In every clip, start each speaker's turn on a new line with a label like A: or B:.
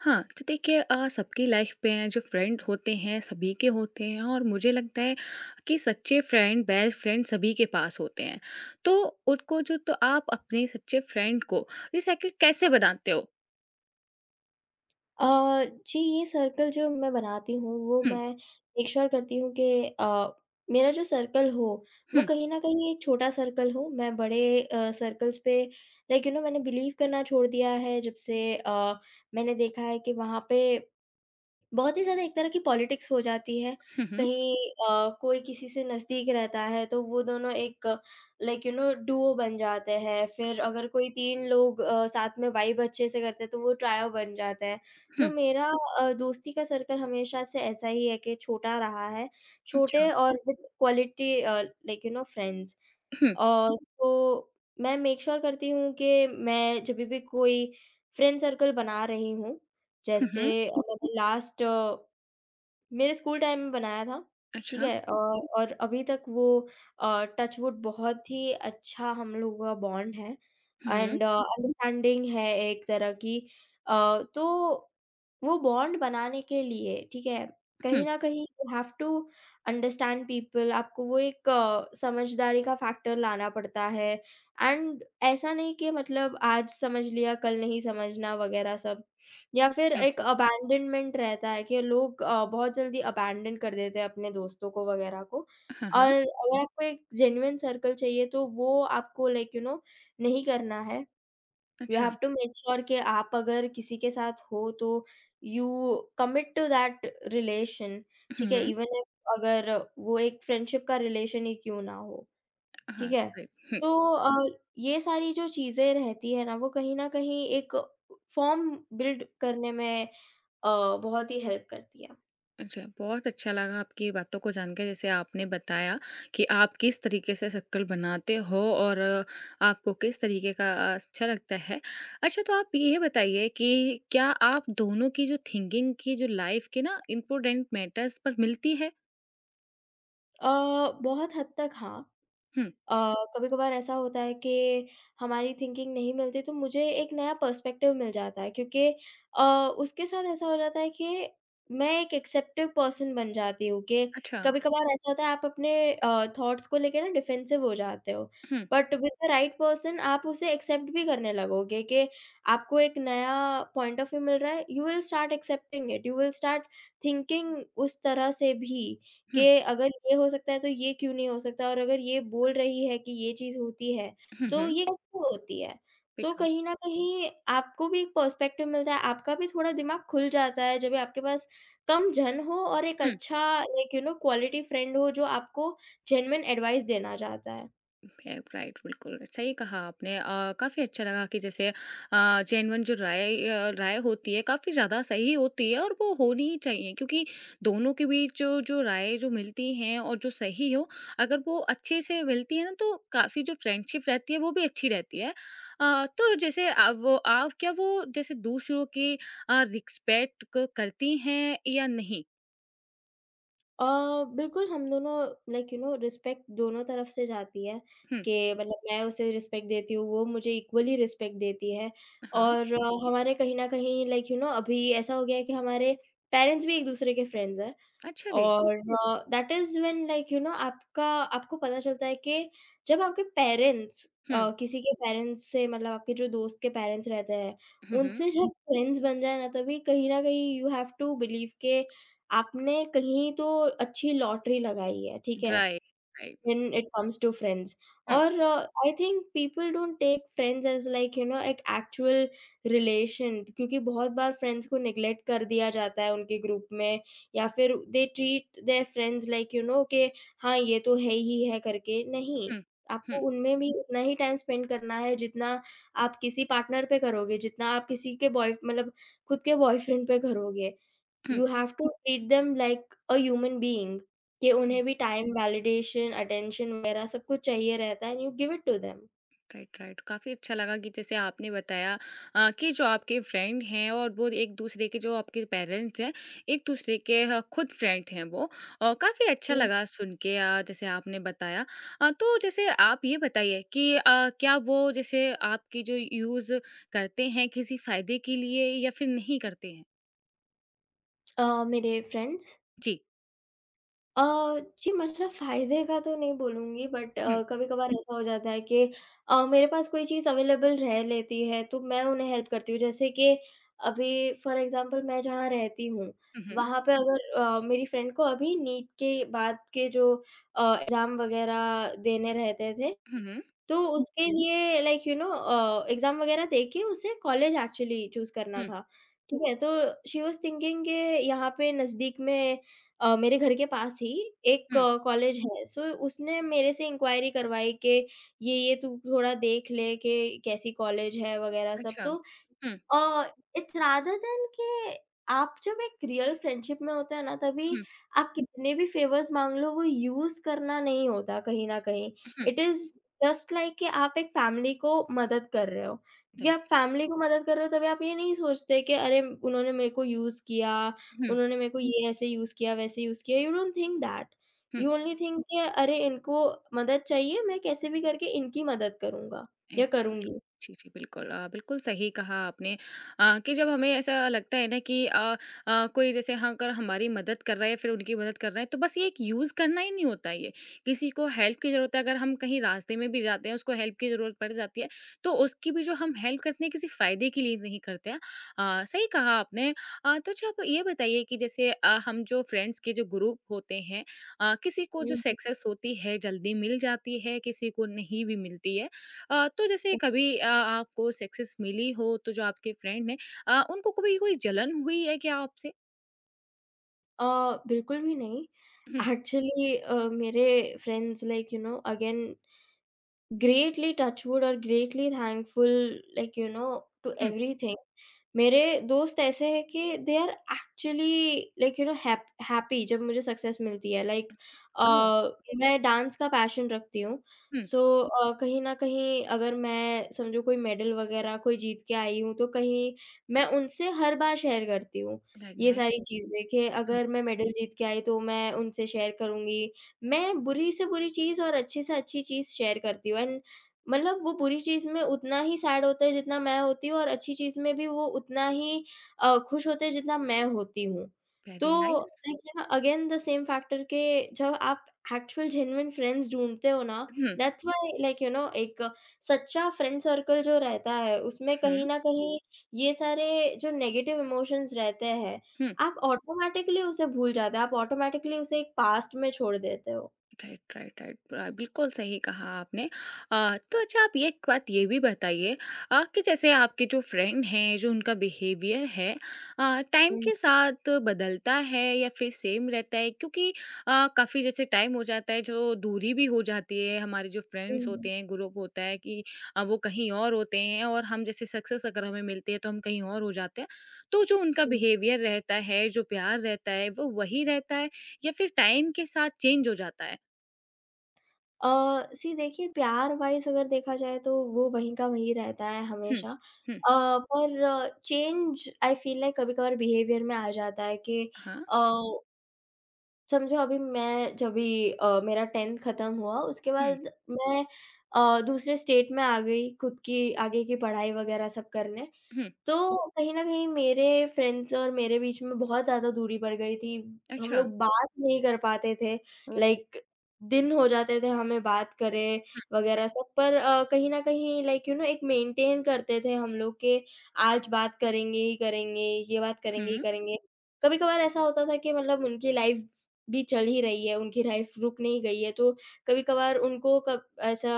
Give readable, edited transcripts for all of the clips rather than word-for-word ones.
A: हाँ, तो देखिए सबकी लाइफ में जो फ्रेंड होते हैं सभी के होते हैं और मुझे लगता है कि सच्चे फ्रेंड बेस्ट फ्रेंड सभी के पास होते हैं। तो उनको जो तो आप अपने सच्चे फ्रेंड को रिसाइकिल कैसे बनाते हो?
B: जी, ये सर्कल जो मैं बनाती हूँ, वो
A: हुँ,
B: मैं मेक श्योर करती हूँ कि अ, मेरा जो सर्कल हो, वो
A: हुँ,
B: कहीं न कहीं एक छोटा सर्कल हो। मैं बड़े सर्कल्स पे मैंने बिलीव करना छोड़ दिया है, जब से मैंने देखा है कि वहाँ पे बहुत ही ज़्यादा एक तरह की पॉलिटिक्स हो जाती है।
A: हुँ, हुँ,
B: कहीं कोई किसी से नज़दीक रहता है तो वो दोनों एक डुओ बन जाते हैं। फिर अगर कोई 3 लोग साथ में वाइब अच्छे से करते हैं तो वो ट्रायो बन जाता है। तो
A: हुँ,
B: मेरा दोस्ती का सर्कल हमेशा से ऐसा ही है कि छोटा रहा है। छोटे
A: अच्छा,
B: और विद क्वालिटी फ्रेंड्स।
A: हुँ,
B: और सो मैं मेक श्योर करती हूँ कि मैं जभी भी कोई फ्रेंड सर्कल बना रही हूँ,
A: हुँ,
B: जैसे
A: हुँ,
B: मैंने लास्ट मेरे स्कूल टाइम में बनाया था, ठीक
A: अच्छा,
B: है? और अभी तक वो टच वुड बहुत ही अच्छा हम लोगों का बॉन्ड है
A: हुँ,
B: एंड अंडरस्टैंडिंग है एक तरह की। अ, तो वो बॉन्ड बनाने के लिए, ठीक है, कहीं
A: हुँ,
B: न कहीं you have to understand people आपको वो एक समझदारी का फैक्टर लाना पड़ता है एंड ऐसा नहीं कि मतलब आज समझ लिया, कल नहीं समझना वगैरह सब। या फिर
A: हुँ,
B: एक अबैंडनमेंट रहता है कि लोग बहुत जल्दी अबैंडन कर देते हैं अपने दोस्तों को वगैरह को।
A: हाँ,
B: और
A: हाँ,
B: अगर आपको एक जेन्युइन सर्कल चाहिए तो वो आपको नहीं करना है। यू
A: अच्छा,
B: हैव टू मेक श्योर कि आप अगर किसी के साथ हो तो you commit to that relation
A: हुँ,
B: ठीक है?
A: हुँ,
B: इवन इफ अगर वो एक फ्रेंडशिप का रिलेशन ही क्यों ना हो,
A: हाँ,
B: ठीक है?
A: राइट, हुँ।
B: तो अ, ये सारी जो चीज़ें रहती है ना वो कहीं न कहीं एक फॉर्म बिल्ड करने में बहुत ही हेल्प करती है।
A: अच्छा, बहुत अच्छा लगा आपकी बातों को जानकर जैसे आपने बताया कि आप किस तरीके से शक्ल बनाते हो और आपको किस तरीके का अच्छा लगता है। अच्छा तो आप ये बताइए कि क्या आप दोनों की जो थिंकिंग की जो लाइफ के ना इम्पोर्टेंट मैटर्स पर मिलती है?
B: अ, बहुत हद तक हाँ।
A: हुँ,
B: अ, कभी-कभार ऐसा होता है कि हमारी थिंकिंग नहीं मिलती तो मुझे एक नया पर्सपेक्टिव मिल जाता है क्योंकि अ, उसके साथ ऐसा हो जाता है कि मैं एक एक्सेप्टिव पर्सन बन जाती हूँ कि
A: अच्छा।
B: कभी-कभार ऐसा होता है आप अपने थॉट्स को लेके ना डिफेंसिव हो जाते हो।
A: हुँ,
B: but with the right person आप उसे एक्सेप्ट भी करने लगोगे कि आपको एक नया पॉइंट ऑफ व्यू मिल रहा है, you will start accepting it, you will start thinking उस तरह से भी। कि
A: हुँ,
B: अगर ये हो सकता है तो ये क्यों नहीं हो सकता और अगर ये बोल रही है कि ये चीज़ होती है,
A: हुँ,
B: तो
A: हुँ,
B: ये कैसे होती है? तो
A: बिल्कुल।
B: कहीं न कहीं आपको भी एक पर्सपेक्टिव मिलता है, आपका भी थोड़ा दिमाग खुल जाता है जब आपके पास कम जन हो और एक
A: हुँ।
B: अच्छा क्वालिटी फ्रेंड हो जो आपको जेन्युइन एडवाइस देना चाहता है।
A: राइट राइट, बिल्कुल, सही कहा आपने काफ़ी अच्छा लगा कि जैसे जेन्युइन जो राय होती है काफ़ी ज़्यादा सही होती है और वो होनी ही चाहिए क्योंकि दोनों के बीच जो जो राय जो मिलती हैं और जो सही हो, अगर वो अच्छे से मिलती है ना तो काफ़ी जो फ्रेंडशिप रहती है वो भी अच्छी रहती है। तो जैसे वो आप क्या वो जैसे दूसरों की रिस्पेक्ट क करती हैं या नहीं?
B: अ, बिल्कुल हम दोनों रिस्पेक्ट दोनों तरफ से जाती है
A: हुँ,
B: कि मतलब मैं उसे रिस्पेक्ट देती हूँ, वो मुझे इक्वली रिस्पेक्ट देती है
A: हाँ,
B: और हमारे कहीं न कहीं अभी ऐसा हो गया है कि हमारे पेरेंट्स भी एक-दूसरे के फ्रेंड्स हैं।
A: अच्छा जी।
B: और दैट इज़ व्हेन आपका आपको पता चलता है कि जब आपके पेरेंट्स
A: हुँ,
B: किसी के पेरेंट्स से मतलब आपके जो दोस्त के पेरेंट्स रहते हैं,
A: हुँ, हुँ,
B: उनसे जब फ्रेंड्स बन जाए ना तभी कहीं न कहीं यू हैव टू बिलीव के आपने कहीं तो अच्छी लॉटरी लगाई है, ठीक है?
A: Right, right,
B: When it comes to friends
A: hmm,
B: or uh, I think people don't take friends as like you know एक actual relation क्योंकि बहुत बार friends को neglect कर दिया जाता है उनके group में या फिर they treat their friends like you know कि हाँ ये तो है ही है करके नहीं
A: हुँ, हुँ।
B: आपको उनमें भी उतना ही टाइम स्पेंड करना है जितना आप किसी पार्टनर पे करोगे जितना आप किसी के बॉय मतलब खुद के बॉयफ्रेंड पे करोगे
A: हुँ,
B: you have to treat them like a human being कि उन्हें
A: हुँ।
B: भी टाइम, वैलिडेशन, अटेंशन वगैरह सब कुछ चाहिए रहता है and you give it to them.
A: Right, right. काफ़ी अच्छा लगा कि जैसे आपने बताया कि जो आपके फ्रेंड हैं और वो एक-दूसरे के जो आपके पेरेंट्स हैं, एक-दूसरे के ह खुद फ्रेंड हैं वो। काफ़ी अच्छा
B: हुँ,
A: लगा सुन के जैसे आपने बताया। तो जैसे आप ये बताइए कि क्या वो जैसे आपकी जो यूज़ करते हैं किसी फ़ायदे के लिए या फिर नहीं करते हैं?
B: मेरे फ्रेंड्स
A: जी।
B: अ, जी मतलब फ़ायदे का तो नहीं बोलूँगी बट
A: हुँ,
B: कभी-कभार ऐसा हो जाता है कि मेरे पास कोई चीज़ अवेलेबल रह लेती है तो मैं उन्हें हेल्प करती हूँ। जैसे कि अभी फॉर एग्ज़ाम्पल मैं जहाँ रहती हूँ,
A: हुँ, हुँ।
B: वहाँ पे अगर मेरी फ्रेंड को अभी नीट के बाद के जो एग्ज़ाम वगैरह देने रहते थे
A: हुँ, हुँ।
B: तो उसके लिए एग्ज़ाम वग़ैरह देके उसे कॉलेज एक्चुअली चूज़ करना
A: हुँ,
B: था, ठीक है? तो शी वाज़ थिंकिंग के यहाँ पे नज़दीक में मेरे घर के पास ही एक
A: हुँ।
B: कॉलेज है, सो उसने मेरे से इंक्वायरी करवाई के ये तू थोड़ा देख ले के कैसी कॉलेज है वग़ैरह सब,
A: अच्छा।
B: तो
A: हुँ,
B: इट्स रादर देन के आप जब एक रियल फ्रेंडशिप में होते हैं ना, तभी
A: हुँ,
B: आप कितने भी फेवर्स माँग लो, वो यूज़ करना नहीं होता कहीं न कहीं।
A: हुँ।
B: इट इज़ जस्ट लाइक कि आप एक फैमिली को मदद कर रहे हो, क्योंकि आप
A: राइट।
B: फैमिली को मदद कर रहे हो, तभी आप ये नहीं सोचते कि अरे! उन्होंने मेरे को यूज़ किया,
A: हुँ,
B: उन्होंने मेरे को ये ऐसे यूज़ किया, वैसे यूज़ किया, यू डोंट थिंक दैट।
A: हुँ।
B: यू ओनली थिंक कि अरे! इनको मदद चाहिए, मैं कैसे भी करके इनकी मदद करूँगा या
A: एब्सोल्युटली।
B: करूँगी।
A: जी, जी, बिल्कुल। बिल्कुल सही कहा आपने कि जब हमें ऐसा लगता है ना कि कोई जैसे हाँ, अगर हमारी मदद कर रहा है या फिर उनकी मदद कर रहा है, तो बस ये एक यूज़ करना ही नहीं होता ये। किसी को हेल्प की ज़रूरत है, अगर हम कहीं रास्ते में भी जाते हैं, उसको हेल्प की ज़रूरत पड़ जाती है, तो उसकी भी जो हम हेल्प करते हैं, किसी फ़ायदे के लिए नहीं करते हैं। सही कहा आपने। तो अच्छा आप ये बताइए कि जैसे हम जो फ्रेंड्स के जो ग्रुप होते हैं किसी को
B: हुँ,
A: जो
B: हुँ।
A: सक्सेस होती है, जल्दी मिल जाती है, किसी को नहीं भी मिलती है। तो जैसे कभी आपको सक्सेस मिली हो तो जो आपके फ्रेंड हैं उनको कभी कोई जलन हुई है क्या आपसे?
B: Ah, absolutely not.
A: Hmm,
B: Actually, my friends like you know again greatly touched or greatly thankful like you know to
A: hmm,
B: everything. मेरे दोस्त ऐसे हैं कि दे आर एक्चुअली हैप्पी जब मुझे सक्सेस मिलती है लाइक अ,
A: ओह!
B: मैं डांस का पैशन रखती हूँ
A: हुँ,
B: सो कहीं ना कहीं अगर मैं समझो कोई मेडल वगैरह कोई जीत के आई हूँ तो कहीं मैं उनसे हर बार शेयर करती हूँ
A: वेरी
B: ये
A: नाइस
B: सारी चीज़ें कि
A: हुँ,
B: अगर मैं मेडल जीत के आई तो मैं उनसे शेयर करूँगी मैं बुरी से बुरी चीज़ और अच्छी से अच्छी चीज़ शेयर करती हूँ मतलब वो बुरी चीज़ में उतना ही सैड होते हैं जितना मैं होती हूँ और अच्छी चीज़ में भी वो उतना ही खुश होते हैं जितना मैं होती हूँ।
A: वेरी
B: तो
A: nice
B: again the same factor के जब आप एक्चुअल जेन्युइन फ्रेंड्स ढूँढते हो ना
A: हुँ,
B: दैट्स व्हाई एक सच्चा फ्रेंड सर्कल जो रहता है उसमें
A: हुँ,
B: कहीं न कहीं ये सारे जो नेगेटिव इमोशंस रहते हैं,
A: हुँ।
B: आप ऑटोमैटिकली उसे भूल जाते हो, आप ऑटोमैटिकली उसे एक पास्ट में छोड़ देते हो।
A: राइट राइट राइट बिल्कुल सही कहा आपने तो अच्छा आप ये एक बात ये भी बताइए कि जैसे आपके जो फ्रेंड हैं जो उनका बिहेवियर है टाइम
B: हुँ,
A: के साथ बदलता है या फिर सेम रहता है क्योंकि काफ़ी जैसे टाइम हो जाता है जो दूरी भी हो जाती है हमारे जो फ्रेंड्स
B: हुँ,
A: होते हैं ग्रुप होता है कि वो कहीं और होते हैं और हम जैसे सक्सेस अगर हमें मिलती है तो हम कहीं और हो जाते हैं तो जो उनका
B: हुँ।
A: बिहेवियर रहता है जो प्यार रहता है वो वही रहता है या फिर टाइम के साथ चेंज हो जाता है
B: अ, सी देखिए प्यार वाइज़ अगर देखा जाए तो वो वहीं का वहीं रहता है
A: हुँ,
B: हमेशा।
A: हुँ।
B: पर चेंज आई फ़ील लाइक कभी-कभार बिहेवियर में आ जाता है कि
A: हाँ।
B: अ, समझो अभी मैं जब भी मेरा 10th खत्म हुआ उसके
A: हुँ,
B: बाद मैं दूसरे स्टेट में आ गई खुद की आगे की पढ़ाई वगैरह सब करने।
A: हुँ,
B: तो कहीं न कहीं मेरे फ्रेंड्स और मेरे बीच में बहुत ज़्यादा दूरी पड़ गई थी। हम
A: अच्छा।
B: लोग बात नहीं कर पाते थे,
A: ओ
B: लाइक दिन हो जाते थे हमें बात करे वगैरह सब पर कहीं न कहीं एक मेंटेन करते थे हम लोग के आज बात करेंगे ही करेंगे, ये बात करेंगे ही
A: हुँ,
B: करेंगे। कभी-कभार ऐसा होता था कि मतलब उनकी लाइफ़ भी चल ही रही है, उनकी लाइफ़ रुक नहीं गई है, तो कभी-कभार उनको कब ऐसा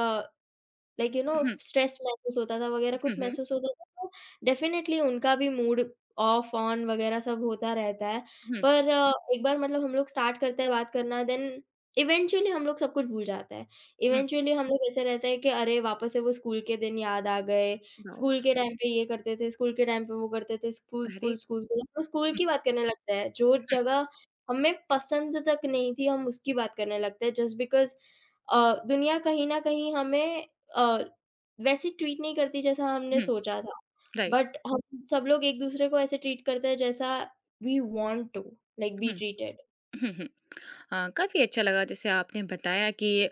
A: हुँ,
B: स्ट्रेस महसूस होता था वगैरह
A: हुँ,
B: कुछ
A: हुँ,
B: महसूस होता था तो डेफ़िनेटली उनका भी मूड ऑफ ऑन वगैरह सब होता रहता है।
A: हुँ,
B: पर एक बार मतलब हम लोग स्टार्ट करते हैं बात करना देन इवेंचुअली हम लोग सब कुछ भूल जाते हैं।
A: हुँ,
B: इवेंचुअली हम लोग ऐसे रहते हैं कि अरे वापस से वो स्कूल के दिन याद आ गए,
A: वाओ!
B: स्कूल के टाइम पे ये करते थे, स्कूल के टाइम पे वो करते थे, school,
A: very
B: school, school, school. हम लोग स्कूल
A: हुँ,
B: की बात करने लगते हैं, जो
A: हुँ,
B: जगह हमें पसंद तक नहीं थी हम उसकी बात करने लगते हैं जस्ट बिकॉज़ दुनिया कहीं न कहीं हमें अ, वैसे ट्रीट नहीं करती जैसा हमने
A: हुँ,
B: सोचा था,
A: राइट।
B: बट हम सब लोग एक-दूसरे को ऐसे ट्रीट करते हैं जैसा we want to like be
A: hmm,
B: treated.
A: हुँ, हुँ। काफ़ी अच्छा लगा जैसे आपने बताया कि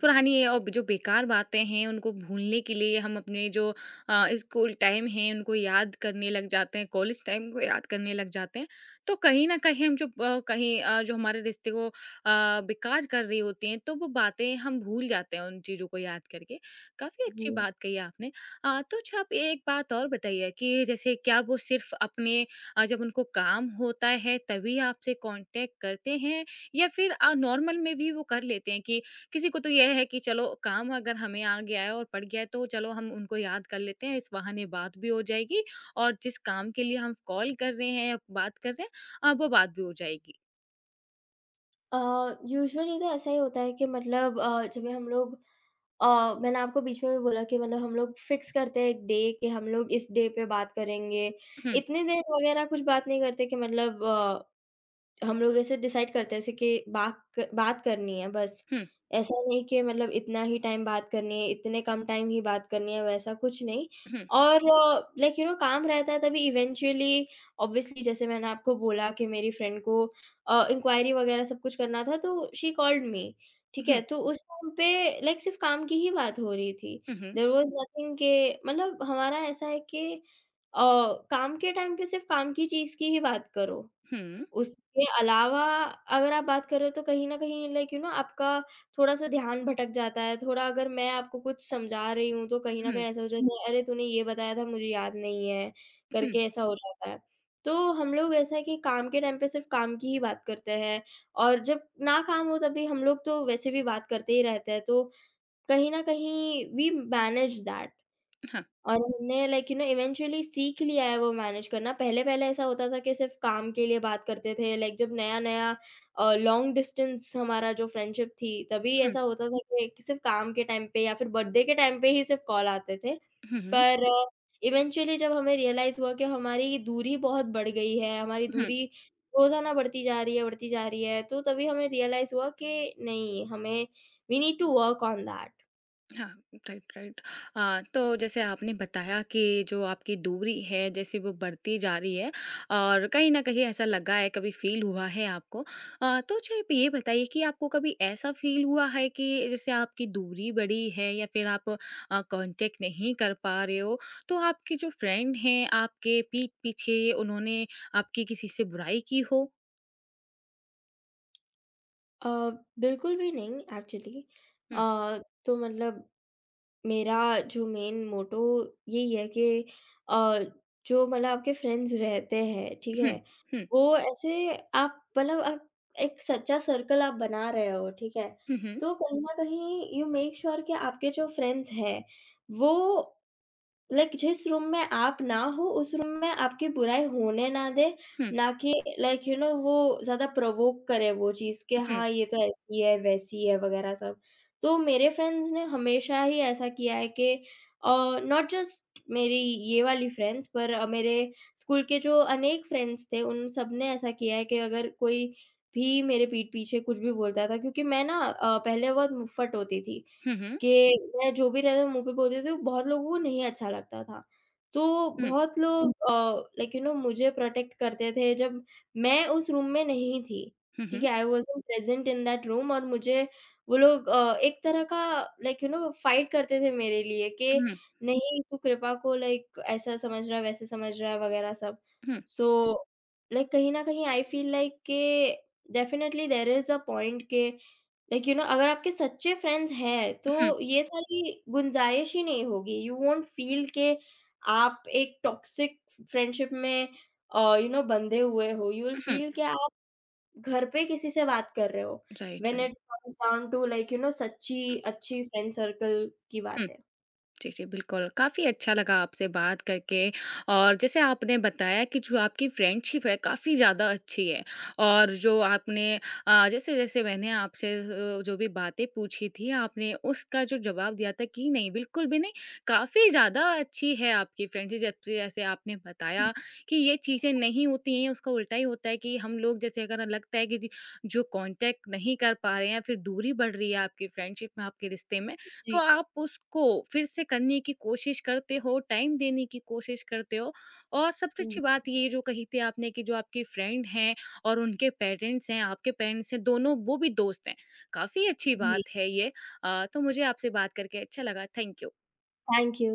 A: पुरानी और जो बेकार बातें हैं उनको भूलने के लिए हम अपने जो स्कूल टाइम है उनको याद करने लग जाते हैं कॉलेज टाइम को याद करने लग जाते हैं तो कहीं ना कहीं हम जो कहीं जो हमारे रिश्ते को बेकार कर रही होती हैं तो वो बातें हम भूल जाते हैं उन चीज़ों को याद करके काफ़ी
B: जी।
A: अच्छी बात कही आपने तो अच्छा आप एक बात और बताइए कि जैसे क्या वो सिर्फ अपने जब उनको काम होता है तभी आपसे कांटेक्ट करते हैं या फिर नॉर्मल में भी वो कर लेते हैं कि किसी को तो यह है कि चलो काम अगर हमें आ गया है और पड़ गया है तो चलो हम उनको याद कर लेते हैं इस बहाने बात भी हो जाएगी और जिस काम के लिए हम कॉल कर रहे हैं या बात कर रहे हैं वो बात भी हो जाएगी
B: अ, यूजुअली तो ऐसा ही होता है कि मतलब जब भी हम लोग मैंने आपको बीच में भी बोला कि मतलब हम लोग फिक्स करते हैं एक डे कि हम लोग इस डे पे बात करेंगे।
A: हुँ,
B: इतने देर वगैरह कुछ बात नहीं करते कि मतलब हम लोग ऐसे डिसाइड करते हैं जैसे कि बाक बात करनी है बस।
A: हुँ,
B: ऐसा नहीं कि मतलब इतना ही टाइम बात करनी है, इतने कम टाइम ही बात करनी है, वैसा कुछ नहीं।
A: हुँ,
B: और काम रहता है तभी इवेंचुअली ऑब्वियसली जैसे मैंने आपको बोला कि मेरी फ्रेंड को इंक्वायरी वगैरह सब कुछ करना था तो शी कॉल्ड मी, ठीक
A: हुँ,
B: है? तो उस टाइम पे लाइक सिर्फ़ काम की ही बात हो रही थी।
A: हुँ,
B: देयर वाज़ नथिंग के मतलब हमारा ऐसा है कि अ, काम के टाइम पे सिर्फ़ काम की चीज़ की ही बात करो।
A: हुँ,
B: उसके अलावा अगर आप बात कर रहे हो तो कहीं न कहीं आपका थोड़ा-सा ध्यान भटक जाता है, थोड़ा अगर मैं आपको कुछ समझा रही हूँ, तो कहीं न कहीं
A: हुँ,
B: ऐसा हो हुँ। जाता है, "अरे! तूने ये बताया था मुझे याद नहीं है"
A: हुँ,
B: करके ऐसा हो जाता है। तो हम लोग ऐसा है कि काम के टाइम पे सिर्फ़ काम की ही बात करते हैं और जब ना काम हो तब भी हम लोग तो वैसे भी बात करते ही रहते हैं, तो कहीं न कहीं वी मैनेज दैट।
A: हाँ,
B: और हमने इवेंचुअली सीख लिया है वो मैनेज करना। पहले-पहले ऐसा होता था कि सिर्फ़ काम के लिए बात करते थे। लाइक जब नया-नया लॉन्ग डिस्टेंस हमारा जो फ्रेंडशिप थी, तभी ऐसा होता था कि सिर्फ़ काम के टाइम पे या फिर बर्थडे के टाइम पे ही सिर्फ़ कॉल आते थे।
A: हुँ, हुँ,
B: पर इवेंचुअली जब हमें रियलाइज़ हुआ कि हमारी दूरी बहुत बढ़ गई है, हमारी
A: हुँ,
B: दूरी रोज़ाना बढ़ती जा रही है, बढ़ती जा रही है, तो तभी हमें रियलाइज़ हुआ कि नहीं, हमें we need to work on that.
A: हाँ, राइट, राइट। तो जैसे आपने बताया कि जो आपकी दूरी है जैसे वो बढ़ती जा रही है और कहीं न कहीं ऐसा लगा है, कभी फ़ील हुआ है आपको। तो अच्छा आप ये बताइए कि आपको कभी ऐसा फ़ील हुआ है कि जैसे आपकी दूरी बढ़ी है या फिर आप कॉन्टैक्ट नहीं कर पा रहे हो, तो आपके जो फ्रेंड हैं, आपके पीठ पीछे उन्होंने आपकी किसी से बुराई की हो?
B: अ, बिल्कुल भी नहीं एक्चुअली अ,
A: हुँ,
B: तो मतलब मेरा जो मेन मोटो यही है कि अ, जो मतलब आपके फ्रेंड्स रहते हैं ठीक
A: हुँ,
B: है
A: हुँ,
B: वो ऐसे आप मतलब आप एक सच्चा सर्कल आप बना रहे हो ठीक है
A: हुँ, हुँ,
B: तो कहीं ना कहीं यू मेक श्योर कि आपके जो फ्रेंड्स हैं वो लाइक जिस रूम में आप ना हो, उस रूम में आपकी बुराई होने ना दे,
A: हुँ,
B: ना कि वो ज़्यादा प्रोवोक करे वो चीज़ कि
A: हुँ,
B: हाँ, ये तो ऐसी है, वैसी है वगैरह सब। तो मेरे फ्रेंड्स ने हमेशा ही ऐसा किया है कि अ, नॉट जस्ट मेरी ये वाली फ्रेंड्स पर मेरे स्कूल के जो अनेक फ्रेंड्स थे, उन सब ने ऐसा किया है कि अगर कोई भी मेरे पीठ पीछे कुछ भी बोलता था क्योंकि मैं ना पहले बहुत मुफ्फट होती थी।
A: हुँ,
B: कि मैं जो भी रहता मुँह पे बोलती थी, बहुत लोगों को नहीं अच्छा लगता था। तो
A: हुँ,
B: बहुत लोग मुझे प्रोटेक्ट करते थे जब मैं उस रूम में नहीं थी,
A: हुँ, हुँ, हुँ,
B: ठीक
A: हुँ,
B: है? I wasn't present in that room और मुझे वो लोग एक तरह का फाइट करते थे मेरे लिए कि
A: हुँ,
B: नहीं तू कृपा को लाइक ऐसा समझ रहा है, वैसे समझ रहा है वगैरह सब।
A: हुँ,
B: सो लाइक कहीं न कहीं आई फ़ील लाइक के definitely there is a point के अगर आपके सच्चे फ्रेंड्स हैं,
A: हुँ,
B: तो ये सारी गुंजाइश ही नहीं होगी। यू वोंट फ़ील के आप एक टॉक्सिक फ्रेंडशिप में यू नो बंधे हुए हो। You will
A: hmm.
B: फ़ील के आप घर पे किसी से बात कर रहे हो,
A: right
B: when
A: right
B: it comes down to सच्ची अच्छी फ्रेंड सर्कल की
A: हुँ,
B: बात है।
A: जी, जी, बिल्कुल। काफ़ी अच्छा लगा आपसे बात करके और जैसे आपने बताया कि जो आपकी फ्रेंडशिप है काफ़ी ज़्यादा अच्छी है और जो आपने जैसे-जैसे मैंने आपसे जो भी बातें पूछी थी आपने उसका जो जवाब दिया था कि नहीं, बिल्कुल भी नहीं, काफ़ी ज़्यादा अच्छी है आपकी फ्रेंडशिप जब से जैसे आपने बताया कि ये चीज़ें नहीं होती हैं, उसका उल्टा ही होता है कि हम लोग जैसे अगर लगता है कि जी, जो कॉन्टैक्ट नहीं कर पा रहे हैं या फिर दूरी बढ़ रही है आपकी फ्रेंडशिप में, आपके रिश्ते में तो
B: जी,
A: आप उसको फिर से करने की कोशिश करते हो, टाइम देने की कोशिश करते हो और सबसे
B: जी,
A: अच्छी बात ये जो कही थी आपने कि जो आपके फ्रेंड हैं और उनके पेरेंट्स हैं, आपके पेरेंट्स हैं, दोनों वो भी दोस्त हैं। काफ़ी अच्छी
B: जी।
A: बात है ये। तो मुझे आपसे बात करके अच्छा लगा। Thank you.
B: Thank you.